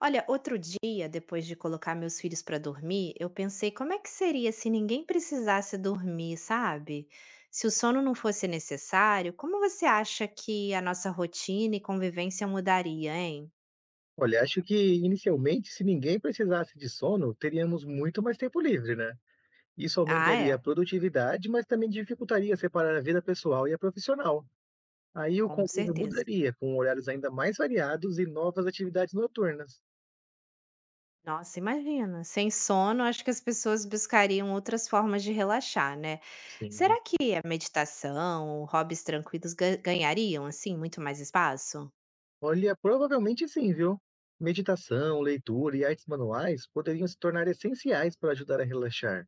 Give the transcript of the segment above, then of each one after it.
Olha, outro dia, depois de colocar meus filhos para dormir, eu pensei como é que seria se ninguém precisasse dormir, sabe? Se o sono não fosse necessário, como você acha que a nossa rotina e convivência mudaria, hein? Olha, acho que inicialmente, se ninguém precisasse de sono, teríamos muito mais tempo livre, né? Isso Ah, aumentaria a é, produtividade, mas também dificultaria separar a vida pessoal e a profissional. Aí o com convívio certeza. mudaria, com horários ainda mais variados e novas atividades noturnas. Nossa, imagina. Sem sono, acho que as pessoas buscariam outras formas de relaxar, né? Sim. Será que a meditação, hobbies tranquilos ganhariam, assim, muito mais espaço? Olha, provavelmente sim, viu? Meditação, leitura e artes manuais poderiam se tornar essenciais para ajudar a relaxar,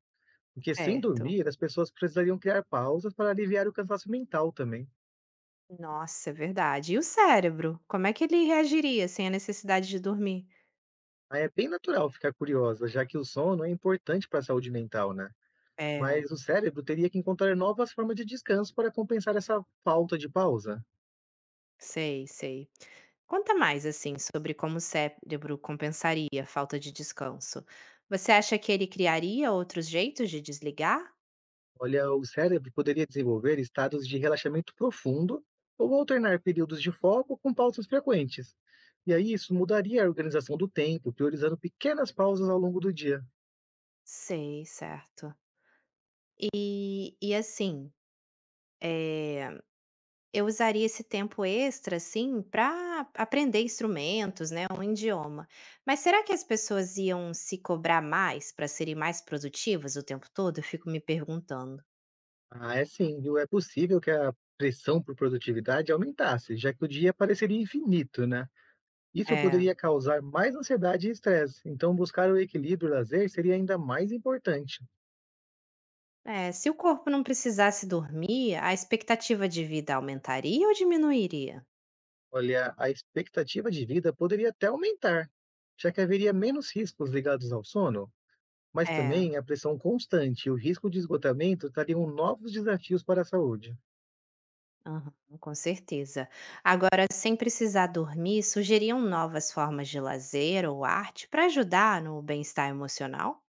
porque sem Certo. dormir, as pessoas precisariam criar pausas para aliviar o cansaço mental também. Nossa, é verdade. E o cérebro? Como é que ele reagiria sem a necessidade de dormir? Ah, é bem natural ficar curiosa, já que o sono é importante para a saúde mental, né? É, Mas o cérebro teria que encontrar novas formas de descanso para compensar essa falta de pausa. sei, sei. Conta mais, assim, sobre como o cérebro compensaria a falta de descanso. Você acha que ele criaria outros jeitos de desligar? Olha, o cérebro poderia desenvolver estados de relaxamento profundo ou alternar períodos de foco com pausas frequentes. E aí isso mudaria a organização do tempo, priorizando pequenas pausas ao longo do dia. Sei, certo. E, e assim, eh, Eu usaria esse tempo extra, assim, para aprender instrumentos, né, um idioma. Mas será que as pessoas iam se cobrar mais para serem mais produtivas o tempo todo? Eu fico me perguntando. Ah, é sim, viu? É possível que a pressão por produtividade aumentasse, já que o dia pareceria infinito, né? Isso É. poderia causar mais ansiedade e estresse, então buscar o equilíbrio e lazer seria ainda mais importante. É, se o corpo não precisasse dormir, a expectativa de vida aumentaria ou diminuiria? Olha, a expectativa de vida poderia até aumentar, já que haveria menos riscos ligados ao sono, mas É, também a pressão constante e o risco de esgotamento trariam novos desafios para a saúde. aham, com certeza. Agora, sem precisar dormir, sugeriam novas formas de lazer ou arte para ajudar no bem-estar emocional?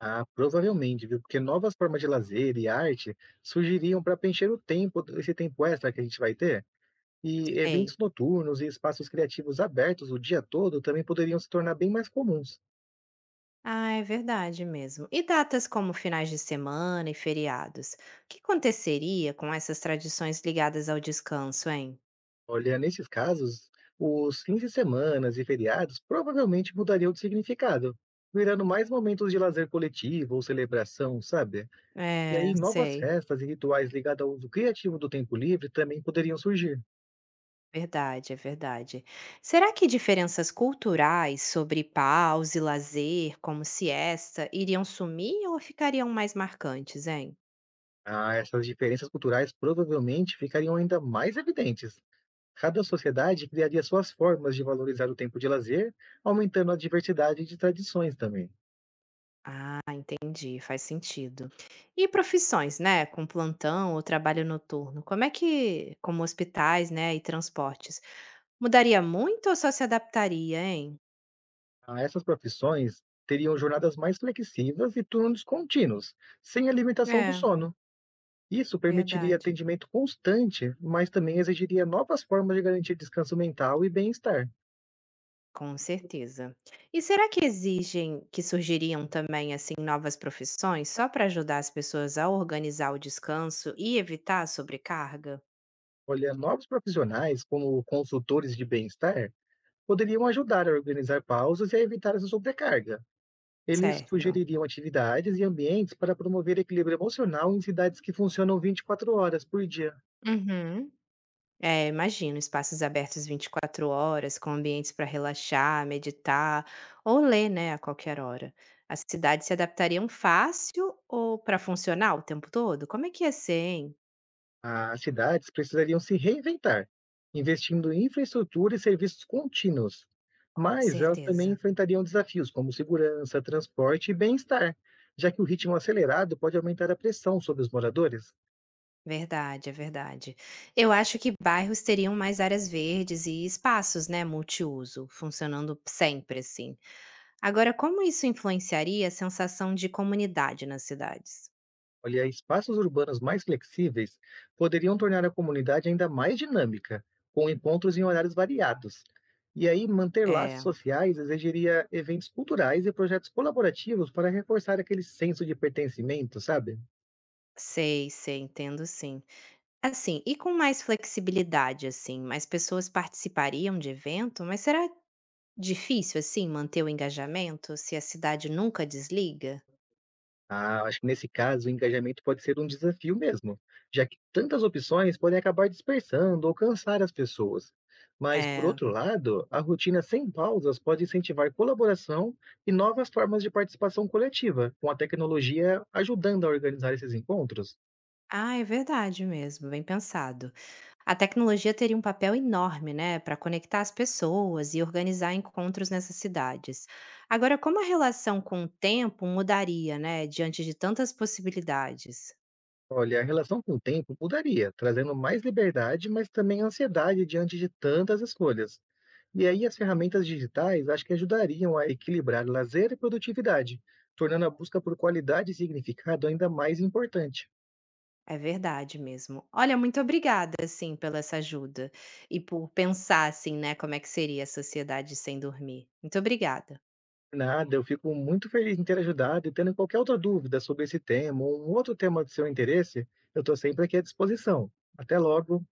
Ah, provavelmente, viu? Porque novas formas de lazer e arte surgiriam para preencher o tempo, esse tempo extra que a gente vai ter. E Sei. eventos noturnos e espaços criativos abertos o dia todo também poderiam se tornar bem mais comuns. Ah, é verdade mesmo. E datas como finais de semana e feriados? O que aconteceria com essas tradições ligadas ao descanso, hein? Olha, nesses casos, os fins de semanas e feriados provavelmente mudariam de significado, virando mais momentos de lazer coletivo ou celebração, sabe? E É, aí novas sei. festas e rituais ligados ao uso criativo do tempo livre também poderiam surgir. Verdade, é verdade. Será que diferenças culturais sobre pausa e lazer, como siesta, iriam sumir ou ficariam mais marcantes, hein? Ah, essas diferenças culturais provavelmente ficariam ainda mais evidentes. Cada sociedade criaria suas formas de valorizar o tempo de lazer, aumentando a diversidade de tradições também. Ah, entendi, faz sentido. E profissões, né, com plantão ou trabalho noturno, como é que, como hospitais, né, e transportes? Mudaria muito ou só se adaptaria, hein? Ah, essas profissões teriam jornadas mais flexíveis e turnos contínuos, sem a limitação do É, sono. Isso permitiria verdade. atendimento constante, mas também exigiria novas formas de garantir descanso mental e bem-estar. Com certeza. E será que exigem que surgiriam também assim novas profissões só para ajudar as pessoas a organizar o descanso e evitar a sobrecarga? Olha, novos profissionais, como consultores de bem-estar, poderiam ajudar a organizar pausas e a evitar essa sobrecarga. Eles Certo. sugeririam atividades e ambientes para promover equilíbrio emocional em cidades que funcionam 24 horas por dia. Uhum. É, imagino espaços abertos 24 horas, com ambientes para relaxar, meditar ou ler, né, a qualquer hora. As cidades se adaptariam fácil ou para funcionar o tempo todo? Como é que ia ser, hein? As cidades precisariam se reinventar, investindo em infraestrutura e serviços contínuos. Com Mas elas também certeza. enfrentariam desafios como segurança, transporte e bem-estar, já que o ritmo acelerado pode aumentar a pressão sobre os moradores. Verdade, é verdade. Eu acho que bairros teriam mais áreas verdes e espaços, né, multiuso, funcionando sempre assim. Agora, como isso influenciaria a sensação de comunidade nas cidades? Olha, espaços urbanos mais flexíveis poderiam tornar a comunidade ainda mais dinâmica, com encontros em horários variados. E aí, manter laços É, sociais exigiria eventos culturais e projetos colaborativos para reforçar aquele senso de pertencimento, sabe? sei, sei, entendo sim. Assim, e com mais flexibilidade, assim, mais pessoas participariam de evento, mas será difícil, assim, manter o engajamento se a cidade nunca desliga? Ah, eu acho que nesse caso o engajamento pode ser um desafio mesmo, já que tantas opções podem acabar dispersando ou cansar as pessoas. Mas, por É. outro lado, a rotina sem pausas pode incentivar colaboração e novas formas de participação coletiva, com a tecnologia ajudando a organizar esses encontros. Ah, é verdade mesmo, bem pensado. A tecnologia teria um papel enorme, né, para conectar as pessoas e organizar encontros nessas cidades. Agora, como a relação com o tempo mudaria, né, diante de tantas possibilidades? Olha, a relação com o tempo mudaria, trazendo mais liberdade, mas também ansiedade diante de tantas escolhas. E aí as ferramentas digitais acho que ajudariam a equilibrar lazer e produtividade, tornando a busca por qualidade e significado ainda mais importante. É verdade mesmo. Olha, muito obrigada, assim, pela essa ajuda e por pensar, assim, né, como é que seria a sociedade sem dormir. Muito obrigada. Nada, eu fico muito feliz em ter ajudado e tendo qualquer outra dúvida sobre esse tema ou um outro tema de seu interesse, eu estou sempre aqui à disposição. Até logo!